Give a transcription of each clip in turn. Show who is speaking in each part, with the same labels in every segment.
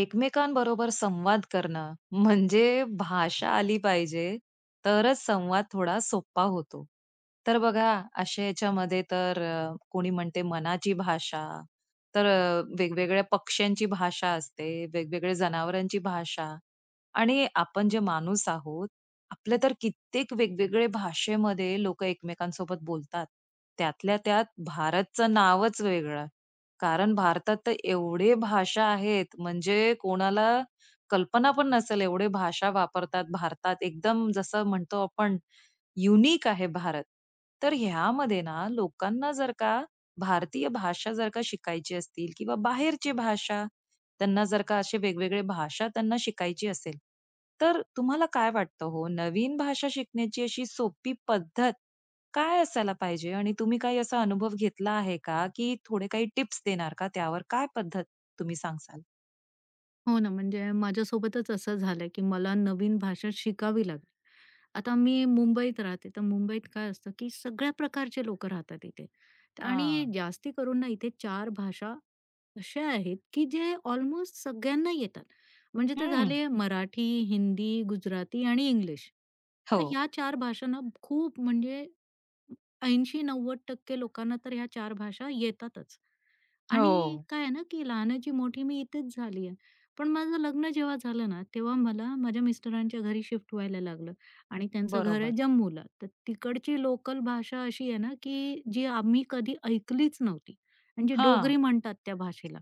Speaker 1: एकमेकांबरोबर संवाद करणं म्हणजे भाषा आली पाहिजे, तरच संवाद थोडा सोपा होतो. तर बघा अशा याच्यामध्ये तर कोणी म्हणते मनाची भाषा, तर वेगवेगळ्या पक्ष्यांची भाषा असते, वेगवेगळ्या जनावरांची भाषा आणि आपण जे माणूस आहोत, आपले तर कित्येक वेगवेगळे भाषेमध्ये लोकं एकमेकांसोबत बोलतात. त्यातल्या त्यात भारतचं नावच वेगळं. कारण भारतात तर एवढे भाषा आहेत, म्हणजे कोणाला कल्पना पण नसेल एवढे भाषा वापरतात भारतात. एकदम जसं म्हणतो आपण युनिक आहे भारत. तर ह्यामध्ये ना लोकांना जर का भारतीय भाषा जर का शिकायची असतील किंवा बाहेरची भाषा, त्यांना जर का असे वेगवेगळे भाषा त्यांना शिकायची असेल, तर तुम्हाला काय वाटतं हो, नवीन भाषा शिकण्याची अशी सोपी पद्धत काय असायला पाहिजे? आणि तुम्ही काही असा अनुभव घेतला आहे का, की थोडे काही टिप्स देणार का त्यावर? काय पद्धत तुम्ही सांगाल?
Speaker 2: हो ना, म्हणजे माझ्यासोबतच असं झालंय, की मला नवीन भाषा शिकावी लागली. आता मी मुंबईत राहते, तर मुंबईत काय असतं, की सगळ्या प्रकारचे लोकं राहतात इथे आणि
Speaker 1: हां.
Speaker 2: जास्ती करून ना इथे 4 भाषा अशा आहेत, की जे ऑलमोस्ट सगळ्यांना येतात. म्हणजे ते
Speaker 1: हं.
Speaker 2: झाले मराठी, हिंदी, गुजराती आणि इंग्लिश. तर
Speaker 1: हो.
Speaker 2: ह्या 4 भाषा खूप म्हणजे 80-90% लोकांना तर ह्या 4 भाषा येतातच. आणि
Speaker 1: हो.
Speaker 2: काय आहे ना, की लहानाची मोठी मी इथेच झाली आहे. पण माझं लग्न जेव्हा झालं ना, तेव्हा मला माझ्या मिस्टरांच्या घरी शिफ्ट व्हायला लागलं आणि त्यांचं घर आहे
Speaker 1: बरोबर.
Speaker 2: जम्मूला. तर तिकडची लोकल भाषा अशी आहे ना, की जी आम्ही कधी ऐकलीच नव्हती. म्हणजे
Speaker 1: हां.
Speaker 2: डोगरी म्हणतात त्या भाषेला.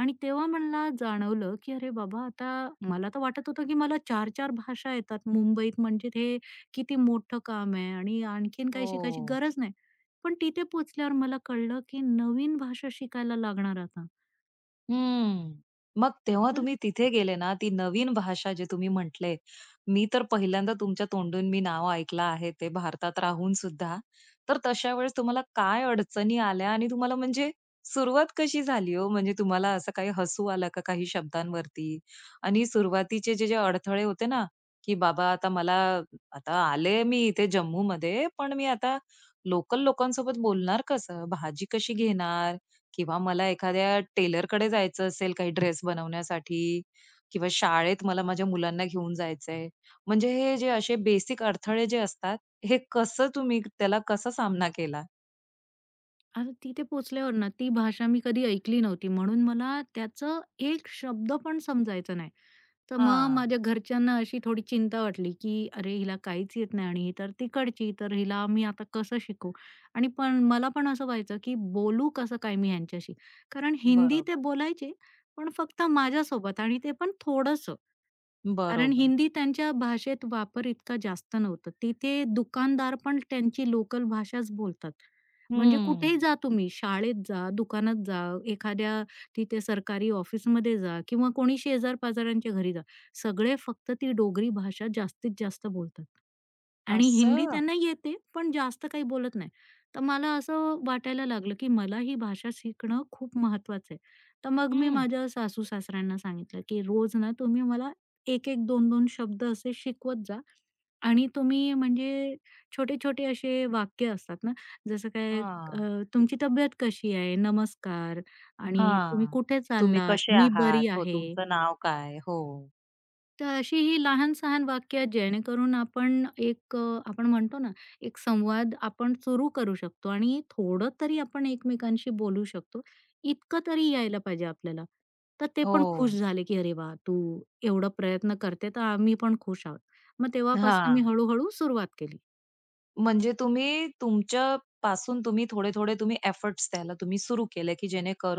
Speaker 2: आणि तेव्हा मला जाणवलं, की अरे बाबा आता मला तर वाटत होतं, की मला चार-चार भाषा येतात मुंबईत म्हणजे हे किती मोठं काम आहे आणि आणखीन काही शिकायची
Speaker 1: हो.
Speaker 2: गरज नाही. पण तिथे पोहोचल्यावर मला कळलं, की नवीन भाषा शिकायला लागणार आता.
Speaker 1: हम्म. मग तेव्हा
Speaker 2: तर
Speaker 1: तुम्ही तिथे गेले ना, ती नवीन भाषा जे तुम्ही म्हटले, मी तर पहिल्यांदा तुमच्या तोंडून मी नाव ऐकलं आहे ते भारतात राहून सुद्धा. तर तशा वेळेस तुम्हाला काय अडचणी आल्या आणि तुम्हाला म्हणजे सुरुवात कशी झाली हो? म्हणजे तुम्हाला असं काही हसू आलं का काही शब्दांवरती? आणि सुरुवातीचे जे-जे अडथळे होते ना, की बाबा आता मला आता आले मी इथे जम्मूमध्ये, पण मी आता लोकल लोकांसोबत बोलणार कसं? भाजी कशी घेणार? किंवा मला एखाद्या टेलरकडे जायचं असेल काही ड्रेस बनवण्यासाठी किंवा शाळेत मला माझ्या मुलांना घेऊन जायचंय. म्हणजे हे जे असे बेसिक अडथळे जे असतात, हे कसं तुम्ही त्याला कसा सामना केला?
Speaker 2: आणि तिथे पोहोचल्यावर ना, ती भाषा मी कधी ऐकली नव्हती म्हणून मला त्याचं एक शब्द पण समजायचा नाही. तर मग
Speaker 1: हां,
Speaker 2: माझ्या घरच्यांना अशी थोडी चिंता वाटली, की "अरे, हिला काहीच येत नाही आणि ही तर तिकडची, तर हिला मी आता कसं शिकू आणि पण मला पण असं व्हायचं, की बोलू कसं काय मी ह्यांच्याशी? कारण हिंदी ते
Speaker 1: बरोबर.
Speaker 2: बोलायचे, पण फक्त माझ्यासोबत आणि ते पण थोडंसं. कारण
Speaker 1: बरोबर.
Speaker 2: हिंदी त्यांच्या भाषेत वापर इतका जास्त नव्हता. तिथे दुकानदार पण त्यांची लोकल भाषाच बोलतात. म्हणजे
Speaker 1: हं,
Speaker 2: कुठेही जा तुम्ही, शाळेत जा, दुकानात जा, एखाद्या तिथे सरकारी ऑफिसमध्ये जा किंवा कोणी शेजार-पाजारांच्या घरी जा. सगळे फक्त ती डोगरी भाषा जास्तीत जास्त बोलतात. आणि हिंदी
Speaker 1: असं?
Speaker 2: त्यांना येते, पण जास्त काही बोलत नाही. तर मला असं वाटायला लागलं, की मला ही भाषा शिकणं खूप महत्वाचं आहे. तर मग मी
Speaker 1: हं.
Speaker 2: माझ्या सासू-सासऱ्यांना सांगितलं, की "रोज ना तुम्ही मला 1-1, 2-2 शब्द असे शिकवत जा आणि तुम्ही म्हणजे छोटे-छोटे असे वाक्य असतात ना, जसं काय
Speaker 1: हां,
Speaker 2: तुमची तब्येत कशी आहे? नमस्कार हं. आणि तुम्ही
Speaker 1: हां.
Speaker 2: कुठे
Speaker 1: तुम्ही
Speaker 2: चाललात?
Speaker 1: कसे
Speaker 2: मी
Speaker 1: आहात?
Speaker 2: बरी
Speaker 1: हो,
Speaker 2: आहे.
Speaker 1: तुमचं नाव काय? हो,
Speaker 2: तर अशी ही लहान-सहान वाक्य जेणेकरून आपण एक आपण म्हणतो ना, एक संवाद आपण सुरू करू शकतो आणि थोडं तरी आपण एकमेकांशी बोलू शकतो. इतकं तरी यायला पाहिजे आपल्याला. तर ते
Speaker 1: हो.
Speaker 2: पण खुश झाले, की "अरे वाह! तू एवढा प्रयत्न करते, तर आम्ही पण खुश आहोत." मग तेव्हापासून मी
Speaker 1: हां.
Speaker 2: हळू सुरुवात केली.
Speaker 1: म्हणजे तुम्ही तुमच्यापासून तुम्ही थोडे-थोडे तुम्ही एफर्ट्स द्यायला तुम्ही सुरू केले, की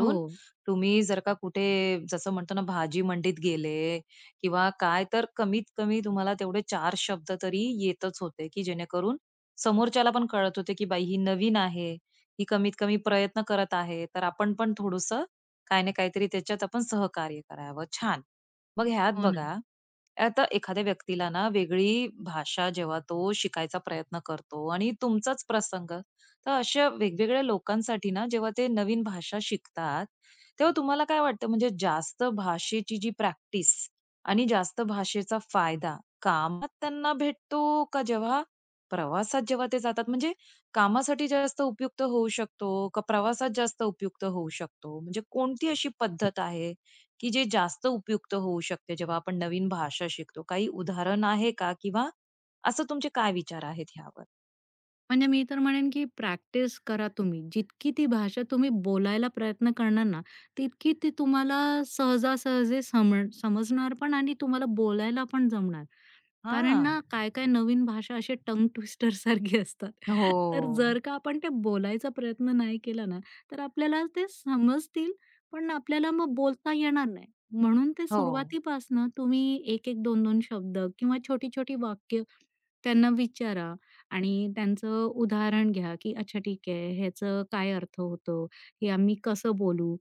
Speaker 2: हो.
Speaker 1: तुम्ही जर का कुठे जसं म्हणतो ना, भाजी मंडीत गेले किंवा काय, तर कमीत-कमी तुम्हाला तेवढे चार शब्द तरी येतच होते, की जेणेकरून समोरच्याला पण कळत होते, की बाई ही नवीन आहे, ही कमीत-कमी प्रयत्न करत आहे, तर आपण पण थोडंसं काही ना काहीतरी त्याच्यात आपण सहकार्य करावं. छान. मग ह्यात
Speaker 2: हो ना.
Speaker 1: बघा, आता एखाद्या व्यक्तीला ना वेगळी भाषा जेव्हा तो शिकायचा प्रयत्न करतो आणि तुमचाच प्रसंग, तर अशा वेगवेगळ्या लोकांसाठी ना जेव्हा ते नवीन भाषा शिकतात, तेव्हा तुम्हाला काय वाटतं म्हणजे जास्त भाषेची जी प्रॅक्टिस आणि जास्त भाषेचा फायदा कामात त्यांना भेटतो का जेव्हा प्रवासात जेव्हा ते जातात म्हणजे कामासाठी जास्त उपयुक्त होऊ शकतो का प्रवासात जास्त उपयुक्त होऊ शकतो? म्हणजे कोणती अशी पद्धत आहे की जे जास्त उपयुक्त होऊ शकते जेव्हा आपण नवीन भाषा शिकतो? काही उदाहरण आहे का? किंवा असं तुमचे काय विचार आहेत ह्यावर?
Speaker 2: म्हणजे मी तर म्हणेन, की प्रॅक्टिस करा तुम्ही. जितकी ती भाषा तुम्ही बोलायला प्रयत्न करणार ना, तितकी ती तुम्हाला सहजासहजी समजणार पण आणि तुम्हाला बोलायला पण जमणार. कारण
Speaker 1: हां.
Speaker 2: ना, काय-काय नवीन भाषा असे टंग ट्विस्टर सारखी असतात. तर
Speaker 1: हो.
Speaker 2: जर का आपण ते बोलायचा प्रयत्न नाही केला ना, तर आपल्याला ते समजतील, पण आपल्याला मग बोलता येणार नाही. म्हणून ते
Speaker 1: हो.
Speaker 2: सुरुवातीपासनं तुम्ही एक-एक दोन-दोन शब्द किंवा छोटी-छोटी वाक्य त्यांना विचारा आणि त्यांचं उदाहरण घ्या, की अच्छा ठीक आहे, ह्याचं काय अर्थ होतो? हे आम्ही कसं बोलू?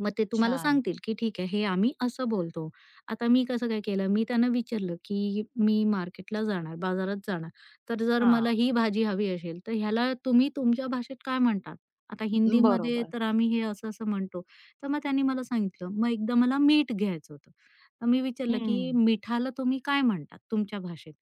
Speaker 2: मग ते तुम्हाला
Speaker 1: छान.
Speaker 2: सांगतील, की "ठीक आहे, हे आम्ही असं बोलतो." आता मी कसं काय केलं, मी त्यांना विचारलं, की "मी मार्केटला जाणार, बाजारात जाणार, तर जर मला
Speaker 1: हां.
Speaker 2: ही भाजी हवी असेल, तर ह्याला तुम्ही तुमच्या भाषेत काय म्हणतात? आता हिंदीमध्ये
Speaker 1: बरोबर.
Speaker 2: तर आम्ही हे असं-असं म्हणतो." तर मग त्यांनी मला सांगितलं. मग एकदा मला मीठ घ्यायचं होतं. तर मी विचारलं, की
Speaker 1: हं.
Speaker 2: "मिठाला तुम्ही काय म्हणतात तुमच्या भाषेत?"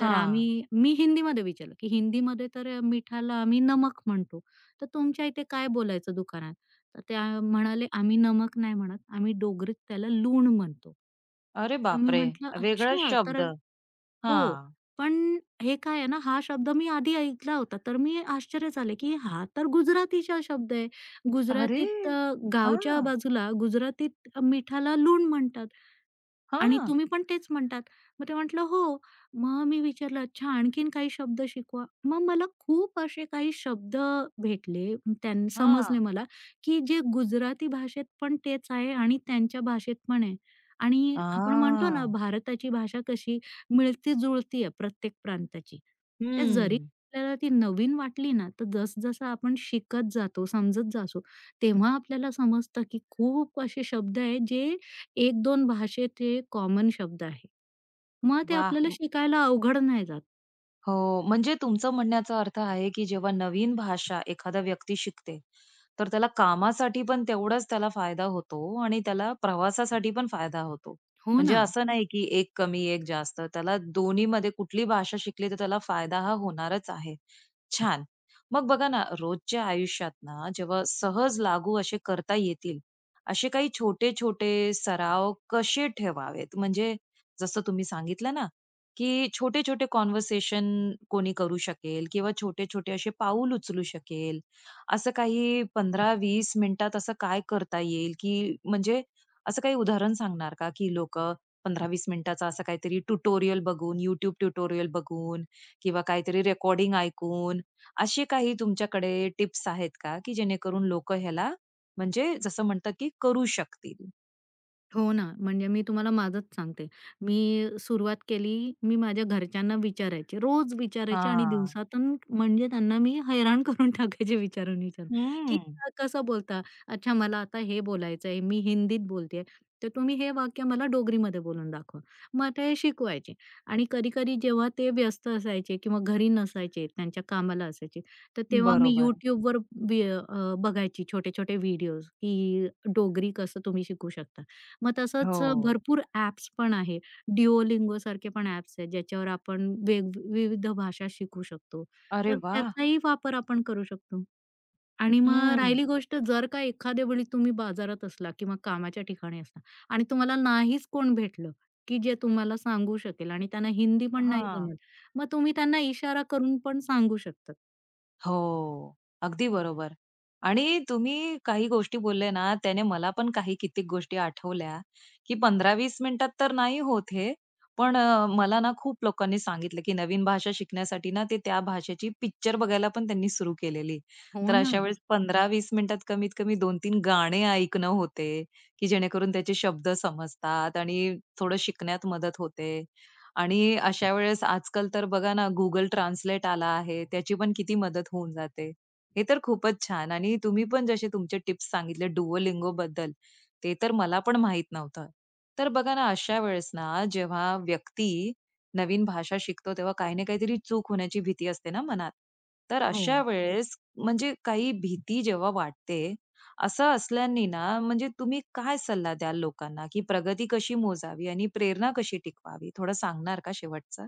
Speaker 2: तर
Speaker 1: हां.
Speaker 2: मी हिंदीमध्ये विचारलं, की "हिंदीमध्ये तर मिठाला आम्ही नमक म्हणतो, तर तुमच्या इथे काय बोलायचं दुकानात?" तर ते म्हणाले, "आम्ही नमक नाही म्हणत, आम्ही डोगरीत त्याला लूण म्हणतो."
Speaker 1: अरे
Speaker 2: तर मी
Speaker 1: बापरे!
Speaker 2: म्हटलं,
Speaker 1: वेगळाच
Speaker 2: "अच्छा."
Speaker 1: शब्द.
Speaker 2: हो,
Speaker 1: हां.
Speaker 2: पण हे काय आहे ना, हा शब्द मी आधी ऐकला होता. तर मी आश्चर्य झाले, की हा तर गुजरातीचा शब्द आहे.
Speaker 1: अरे!
Speaker 2: गुजरातीत गावच्या
Speaker 1: हां.
Speaker 2: बाजूला गुजरातीत मिठाला लूण म्हणतात. आणि
Speaker 1: हां.
Speaker 2: तुम्ही पण तेच म्हणतात. मग ते म्हटलं, "हो." मग मी विचारलं, "अच्छा आणखीन काही शब्द शिकवा." मग मला खूप असे काही शब्द भेटले, समजले
Speaker 1: हां.
Speaker 2: मला, की जे गुजराती भाषेत पण तेच आहे आणि त्यांच्या भाषेत पण आहे. आणि आपण म्हणतो ना,
Speaker 1: हां.
Speaker 2: भारताची भाषा कशी मिळती-जुळती आहे प्रत्येक प्रांताची. तर जरी
Speaker 1: हं.
Speaker 2: आपल्याला ती नवीन वाटली ना, तर जसं आपण शिकत जातो, समजत जातो, तेव्हा आपल्याला समजतं की खूप असे शब्द आहेत जे 1-2 भाषेत हे कॉमन शब्द आहे. मग ते
Speaker 1: वाह!
Speaker 2: आपल्याला शिकायला अवघड नाही जात.
Speaker 1: हो, म्हणजे तुमचं म्हणण्याचा अर्थ आहे, की जेव्हा नवीन भाषा एखादा व्यक्ती शिकते, तर त्याला कामासाठी पण तेवढाच त्याला फायदा होतो आणि त्याला प्रवासासाठी पण फायदा होतो.
Speaker 2: हो
Speaker 1: म्हणजे
Speaker 2: ना.
Speaker 1: असं नाही, की एक कमी, एक जास्त. त्याला दोन्हीमध्ये कुठली भाषा शिकली, तर त्याला फायदा हा होणारच आहे. छान. मग बघा ना, रोजच्या आयुष्यात ना, जेव्हा सहज लागू असे करता येतील, असे काही छोटे-छोटे सराव कसे ठेवावेत? म्हणजे जसं तुम्ही सांगितलं ना, की छोटे-छोटे कन्व्हर्सेशन कोणी करू शकेल किंवा छोटे-छोटे असे पाऊल उचलू शकेल. असं काही 15-20 मिनिटात असं काय करता येईल, की म्हणजे असं काही उदाहरण सांगणार का, की लोकं 15-20 मिनिटाचा असं काहीतरी ट्युटोरियल बघून, YouTube ट्युटोरियल बघून किंवा काहीतरी रेकॉर्डिंग ऐकून असे काही तुमच्याकडे टिप्स आहेत का, की जेणेकरून लोकं ह्याला म्हणजे जसं म्हणतात, की करू शकतील?
Speaker 2: हो ना, म्हणजे मी तुम्हाला माझंच सांगते. मी सुरुवात केली, मी माझ्या घरच्यांना विचारायचे. रोज विचारायचे आणि
Speaker 1: हां.
Speaker 2: दिवसातून म्हणजे त्यांना मी हैराण करून टाकायचे विचारून-विचारून, की
Speaker 1: हम्म.
Speaker 2: "हा कसं बोलता? अच्छा मला आता हे बोलायचं आहे, मी हिंदीत बोलतेय, तर तुम्ही हे वाक्य मला डोगरीमध्ये बोलून दाखवा. मग ते शिकवायचे आणि कधी-कधी जेव्हा ते व्यस्त असायचे किंवा घरी नसायचे, त्यांच्या कामाला असायचे, तर तेव्हा मी
Speaker 1: बरोबर.
Speaker 2: YouTubeवर बघायची छोटे-छोटे व्हिडिओज, की डोगरी कसं तुम्ही शिकू शकता. मग तसंच
Speaker 1: हो.
Speaker 2: भरपूर ॲप्स पण आहे. Duolingo सारखे पण ॲप्स आहेत, ज्याच्यावर आपण वेग विविध भाषा शिकू शकतो.
Speaker 1: अरे
Speaker 2: तर
Speaker 1: वाह!
Speaker 2: त्याचाही वापर आपण करू शकतो. आणि मग
Speaker 1: हं.
Speaker 2: राहिली गोष्ट जर का एखाद्या वेळी तुम्ही बाजारात असला किंवा कामाच्या ठिकाणी असला आणि तुम्हाला नाहीच कोण भेटलं, की जे तुम्हाला सांगू शकेल आणि त्यांना हिंदी पण नाही
Speaker 1: हां.
Speaker 2: जमत, मग तुम्ही त्यांना इशारा करून पण सांगू शकतात.
Speaker 1: हो. अगदी बरोबर. आणि तुम्ही काही गोष्टी बोलले ना, त्याने मला पण काही कित्येक गोष्टी आठवल्या, की 15-20 मिनिटात तर नाही होत हे. पण मला ना खूप लोकांनी सांगितलं, की नवीन भाषा शिकण्यासाठी ना, ते त्या भाषेची पिक्चर बघायला पण त्यांनी सुरू केलेली.
Speaker 2: हो. हो
Speaker 1: तर
Speaker 2: ना.
Speaker 1: अशा वेळेस 15-20 मिनिटात कमीत कमी 2-3 गाणे ऐकणं होते, की जेणेकरून त्याचे शब्द समजतात आणि थोडं शिकण्यात मदत होते. आणि अशा वेळेस आजकाल तर बघा ना, Google Translate आला आहे. त्याची पण किती मदत होऊन जाते. हे तर खूपच छान आणि तुम्ही पण जसे तुमचे टिप्स सांगितले Duolingoबद्दल, ते तर मला पण माहीत नव्हतं. तर बघा ना, अशा वेळेस ना, जेव्हा व्यक्ती नवीन भाषा शिकतो, तेव्हा काही ना काहीतरी चूक होण्याची भीती असते ना मनात. तर
Speaker 2: हो.
Speaker 1: अशा वेळेस म्हणजे काही भीती जेव्हा वाटते, असं असल्याने ना, म्हणजे तुम्ही काय सल्ला द्याल लोकांना, की प्रगती कशी मोजावी आणि प्रेरणा कशी टिकवावी? थोडं सांगणार का शेवटचं?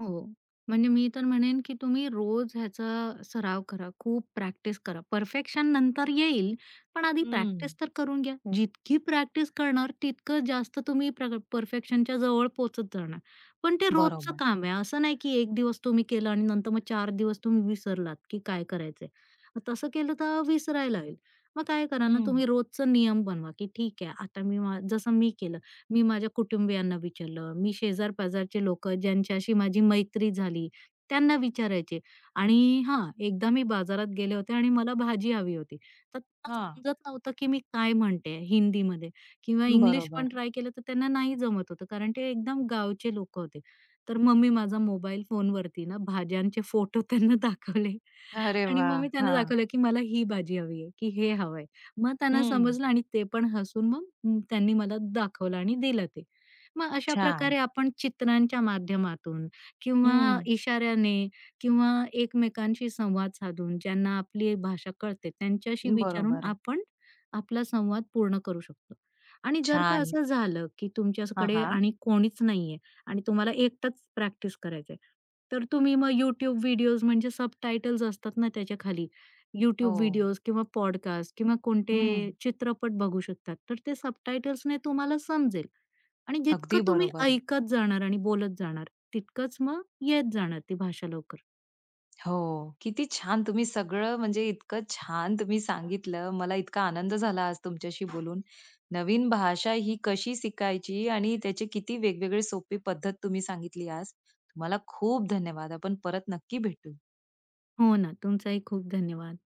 Speaker 2: हो. म्हणजे मी तर म्हणेन, की तुम्ही रोज ह्याचा सराव करा. खूप प्रॅक्टिस करा. परफेक्शन नंतर येईल, पण आधी
Speaker 1: हं.
Speaker 2: प्रॅक्टिस तर करून घ्या. जितकी प्रॅक्टिस करणार, तितकं जास्त तुम्ही परफेक्शनच्या जवळ पोहचत जाणार. पण ते रोजचं
Speaker 1: बरोबर.
Speaker 2: काम आहे. असं नाही, की 1 दिवस तुम्ही केलं आणि नंतर मग 4 दिवस तुम्ही विसरलात, की काय करायचंय. मग तसं केलं तर विसरायला होईल. मग काय करा ना,
Speaker 1: हं.
Speaker 2: तुम्ही रोजचा नियम बनवा, की ठीक आहे, आता मी जसं मी केलं, मी माझ्या कुटुंबियांना विचारलं, मी शेजार-पाजारचे लोकं ज्यांच्याशी माझी मैत्री झाली त्यांना विचारायचे आणि हां, एकदा मी बाजारात गेले होते आणि मला भाजी हवी होती. तर त्यांना
Speaker 1: हां.
Speaker 2: समजत नव्हतं, की मी काय म्हणते हिंदीमध्ये किंवा इंग्लिश
Speaker 1: बरोबर.
Speaker 2: पण ट्राय केलं तर त्यांना नाही जमत होतं, कारण ते एकदम गावचे लोकं होते. तर मग मी माझा मोबाईल फोनवरती ना भाज्यांचे फोटो त्यांना दाखवले
Speaker 1: अरे
Speaker 2: आणि
Speaker 1: वा,
Speaker 2: मग मी त्यांना
Speaker 1: हां.
Speaker 2: दाखवलं, की मला ही भाजी हवी आहे, की हे हवंय. मग त्यांना
Speaker 1: हं.
Speaker 2: समजलं आणि ते पण हसून मग त्यांनी मला दाखवलं आणि दिलं ते. मग अशा
Speaker 1: छान.
Speaker 2: प्रकारे आपण चित्रांच्या माध्यमातून किंवा
Speaker 1: हं.
Speaker 2: इशाऱ्याने किंवा एकमेकांशी संवाद साधून ज्यांना आपली भाषा कळते त्यांच्याशी विचारून
Speaker 1: बरोबर.
Speaker 2: आपण आपला संवाद पूर्ण करू शकतो. आणि जर का
Speaker 1: छान.
Speaker 2: असं झालं की
Speaker 1: हां,
Speaker 2: तुमच्याकडे
Speaker 1: हां.
Speaker 2: आणि कोणीच नाहीये आणि तुम्हाला एकटंच प्रॅक्टिस करायचंय, तर तुम्ही मग YouTube व्हिडिओज म्हणजे सबटायटल्स असतात ना त्याच्या खाली, यूट्यूब
Speaker 1: हो.
Speaker 2: व्हिडिओज किंवा पॉडकास्ट किंवा कोणते
Speaker 1: हं.
Speaker 2: चित्रपट बघू शकतात. तर ते सबटायटल्सने तुम्हाला समजेल आणि जितकं
Speaker 1: अगदी
Speaker 2: तुम्ही
Speaker 1: बरोबर.
Speaker 2: ऐकत जाणार आणि बोलत जाणार, तितकंच मग येत जाणार ती भाषा लवकर.
Speaker 1: हो. किती छान तुम्ही सगळं म्हणजे इतकं छान तुम्ही सांगितलं. मला इतका आनंद झाला आज तुमच्याशी बोलून. नवीन भाषा ही कशी शिकायची आणि त्याचे किती वेगवेगळे सोपी पद्धत तुम्ही सांगितली आज. तुम्हाला खूप धन्यवाद. आपण परत नक्की भेटू.
Speaker 2: हो ना. तुमचाही खूप धन्यवाद.